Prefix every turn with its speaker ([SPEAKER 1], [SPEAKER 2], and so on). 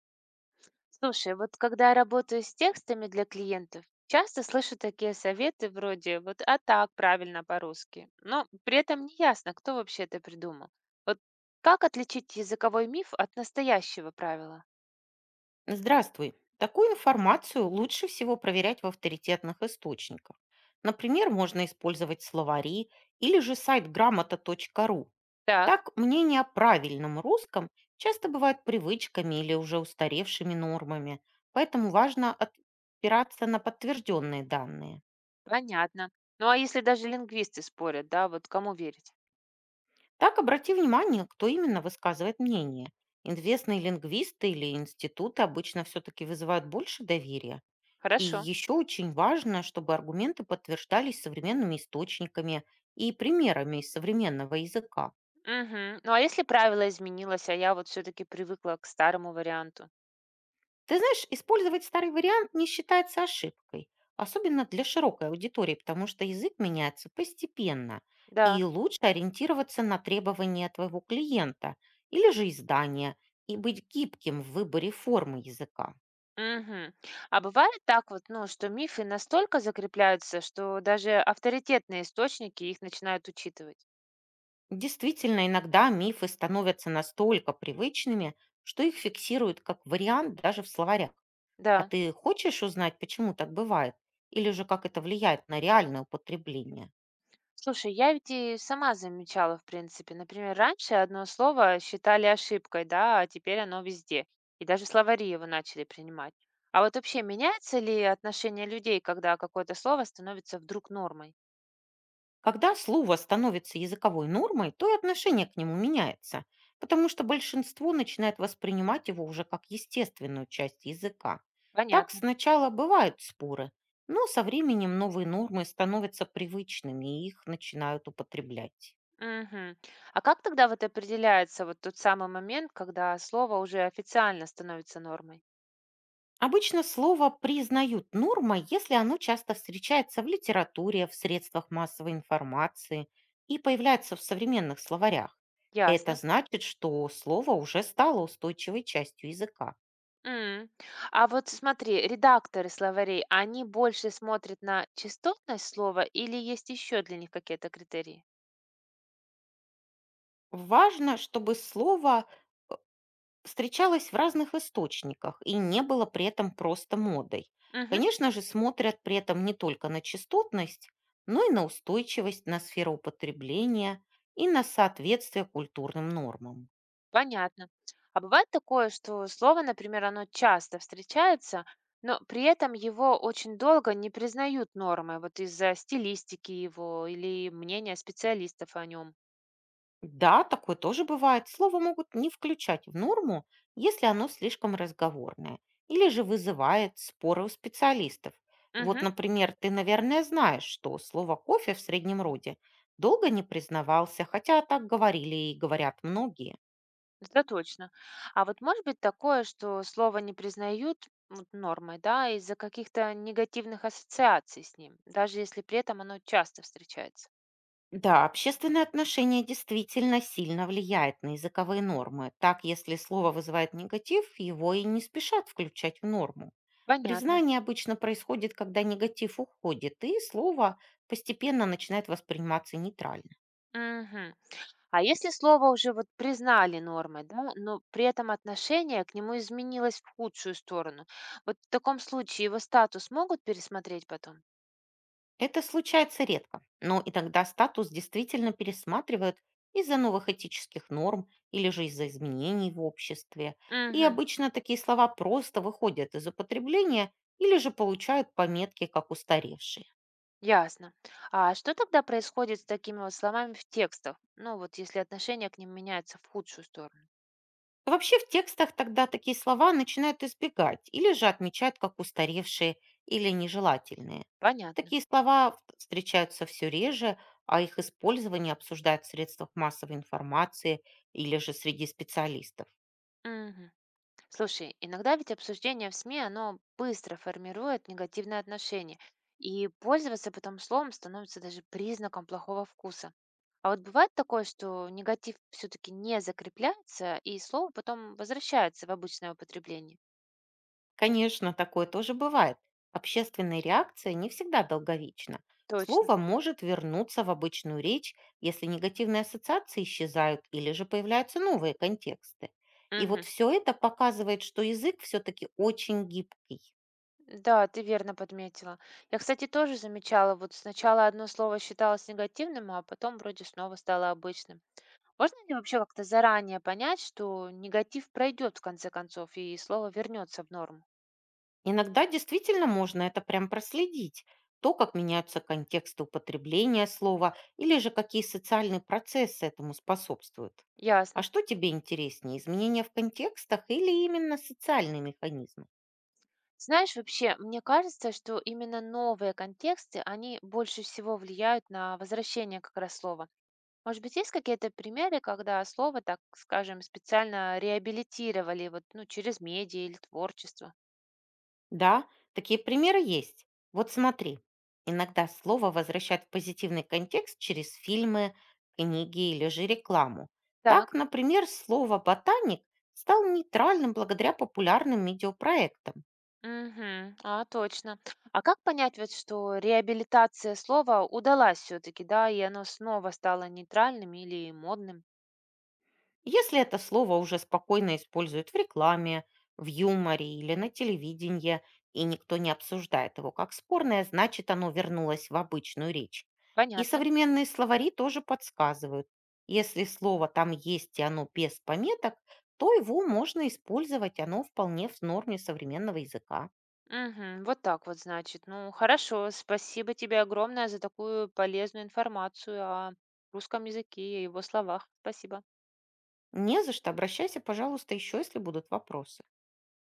[SPEAKER 1] Слушай, вот когда я работаю с текстами для клиентов, часто слышу такие советы вроде вот «а так правильно по-русски», но при этом не ясно, кто вообще это придумал. Вот как отличить языковой миф от настоящего правила?
[SPEAKER 2] Здравствуй. Такую информацию лучше всего проверять в авторитетных источниках. Например, можно использовать словари или же сайт грамота.ру.
[SPEAKER 1] Так,
[SPEAKER 2] Так мнения о правильном русском часто бывают привычками или уже устаревшими нормами, поэтому важно опираться на подтвержденные данные.
[SPEAKER 1] понятно. Ну а если даже лингвисты спорят, да, вот кому верить?
[SPEAKER 2] Так обрати внимание, кто именно высказывает мнение. Известные лингвисты или институты обычно все-таки вызывают больше доверия. И
[SPEAKER 1] Хорошо.
[SPEAKER 2] еще очень важно, чтобы аргументы подтверждались современными источниками и примерами из современного языка.
[SPEAKER 1] Мгм. Ну а если правило изменилось, а я вот все-таки привыкла к старому варианту?
[SPEAKER 2] Ты знаешь, использовать старый вариант не считается ошибкой, особенно для широкой аудитории, потому что язык меняется постепенно, и
[SPEAKER 1] Да.
[SPEAKER 2] лучше ориентироваться на требования твоего клиента или же издания и быть гибким в выборе формы языка.
[SPEAKER 1] Мгм. А бывает так вот, ну, что мифы настолько закрепляются, что даже авторитетные источники их начинают учитывать.
[SPEAKER 2] Действительно, иногда мифы становятся настолько привычными, что их фиксируют как вариант даже в словарях. А
[SPEAKER 1] Да.
[SPEAKER 2] ты хочешь узнать, почему так бывает? Или же как это влияет на реальное употребление?
[SPEAKER 1] Слушай, я ведь и сама замечала, в принципе. Например, раньше одно слово считали ошибкой, да, а теперь оно везде. И даже словари его начали принимать. А вот вообще меняется ли отношение людей, когда какое-то слово становится вдруг нормой?
[SPEAKER 2] Когда слово становится языковой нормой, то и отношение к нему меняется, потому что большинство начинает воспринимать его уже как естественную часть языка. Так
[SPEAKER 1] Понятно.
[SPEAKER 2] сначала бывают споры, но со временем новые нормы становятся привычными и их начинают употреблять.
[SPEAKER 1] Мгм. А как тогда вот определяется вот тот самый момент, когда слово уже официально становится нормой?
[SPEAKER 2] Обычно слово признают нормой, если оно часто встречается в литературе, в средствах массовой информации и появляется в современных словарях. Это
[SPEAKER 1] Ясно.
[SPEAKER 2] значит, что слово уже стало устойчивой частью языка.
[SPEAKER 1] М. А вот смотри, редакторы словарей, они больше смотрят на частотность слова или есть еще для них какие-то критерии?
[SPEAKER 2] Важно, чтобы слово встречалось в разных источниках и не было при этом просто модой.
[SPEAKER 1] Мгм.
[SPEAKER 2] Конечно же, смотрят при этом не только на частотность, но и на устойчивость, на сферу употребления и на соответствие культурным нормам.
[SPEAKER 1] Понятно. А бывает такое, что слово, например, оно часто встречается, но при этом его очень долго не признают нормой, вот из-за стилистики его или мнения специалистов о нем.
[SPEAKER 2] Да, такое тоже бывает. Слово могут не включать в норму, если оно слишком разговорное или же вызывает споры у специалистов. Вот, например, ты, наверное, знаешь, что слово «кофе» в среднем роде долго не признавался, хотя так говорили и говорят многие.
[SPEAKER 1] Это точно. А вот может быть такое, что слово не признают вот, нормой, да, из-за каких-то негативных ассоциаций с ним, даже если при этом оно часто встречается.
[SPEAKER 2] Да, общественное отношение действительно сильно влияет на языковые нормы. Так, если слово вызывает негатив, его и не спешат включать в норму.
[SPEAKER 1] Понятно.
[SPEAKER 2] Признание обычно происходит, когда негатив уходит, и слово постепенно начинает восприниматься нейтрально.
[SPEAKER 1] Мгм. А если слово уже вот признали нормой, да, но при этом отношение к нему изменилось в худшую сторону, вот в таком случае его статус могут пересмотреть потом?
[SPEAKER 2] Это случается редко, но иногда статус действительно пересматривают из-за новых этических норм или же из-за изменений в обществе. И
[SPEAKER 1] Угу.
[SPEAKER 2] обычно такие слова просто выходят из употребления или же получают пометки как устаревшие.
[SPEAKER 1] Ясно. А что тогда происходит с такими вот словами в текстах? Ну вот если отношение к ним меняется в худшую сторону?
[SPEAKER 2] Вообще в текстах тогда такие слова начинают избегать или же отмечают как устаревшие или нежелательные.
[SPEAKER 1] Понятно.
[SPEAKER 2] Такие слова встречаются все реже, а их использование обсуждают в средствах массовой информации или же среди специалистов.
[SPEAKER 1] Мгм. Слушай, иногда ведь обсуждение в СМИ, оно быстро формирует негативные отношения, и пользоваться потом словом становится даже признаком плохого вкуса. А вот бывает такое, что негатив все-таки не закрепляется, и слово потом возвращается в обычное употребление.
[SPEAKER 2] Конечно, такое тоже бывает. Общественная реакция не всегда долговечна.
[SPEAKER 1] Точно.
[SPEAKER 2] Слово может вернуться в обычную речь, если негативные ассоциации исчезают или же появляются новые контексты. И вот
[SPEAKER 1] Мгм.
[SPEAKER 2] все это показывает, что язык все-таки очень гибкий.
[SPEAKER 1] Да, ты верно подметила. Я, кстати, тоже замечала, вот сначала одно слово считалось негативным, а потом вроде снова стало обычным. Можно ли вообще как-то заранее понять, что негатив пройдет в конце концов и слово вернется в норму?
[SPEAKER 2] Иногда действительно можно это прям проследить. То, как меняются контексты употребления слова или же какие социальные процессы этому способствуют. А
[SPEAKER 1] Ясно.
[SPEAKER 2] что тебе интереснее, изменения в контекстах или именно социальные механизмы?
[SPEAKER 1] Знаешь, вообще, мне кажется, что именно новые контексты, они больше всего влияют на возвращение как раз слова. Может быть, есть какие-то примеры, когда слово, так скажем, специально реабилитировали вот, ну, через медиа или творчество?
[SPEAKER 2] Да, такие примеры есть. Вот смотри, иногда слово возвращают в позитивный контекст через фильмы, книги или же рекламу. Так,
[SPEAKER 1] Так.
[SPEAKER 2] например, слово «ботаник» стал нейтральным благодаря популярным видеопроектам.
[SPEAKER 1] Мгм. А, точно. А как понять, вот, что реабилитация слова удалась все-таки, да, и оно снова стало нейтральным или модным?
[SPEAKER 2] Если это слово уже спокойно используют в рекламе, в юморе или на телевидении, и никто не обсуждает его как спорное, значит оно вернулось в обычную речь. И
[SPEAKER 1] Понятно.
[SPEAKER 2] современные словари тоже подсказывают. Если слово там есть и оно без пометок, то его можно использовать, оно вполне в норме современного языка.
[SPEAKER 1] Мгм. Вот так вот, значит. Ну, хорошо. Спасибо тебе огромное за такую полезную информацию о русском языке и его словах. Спасибо.
[SPEAKER 2] Не за что, обращайся, пожалуйста, еще, если будут вопросы.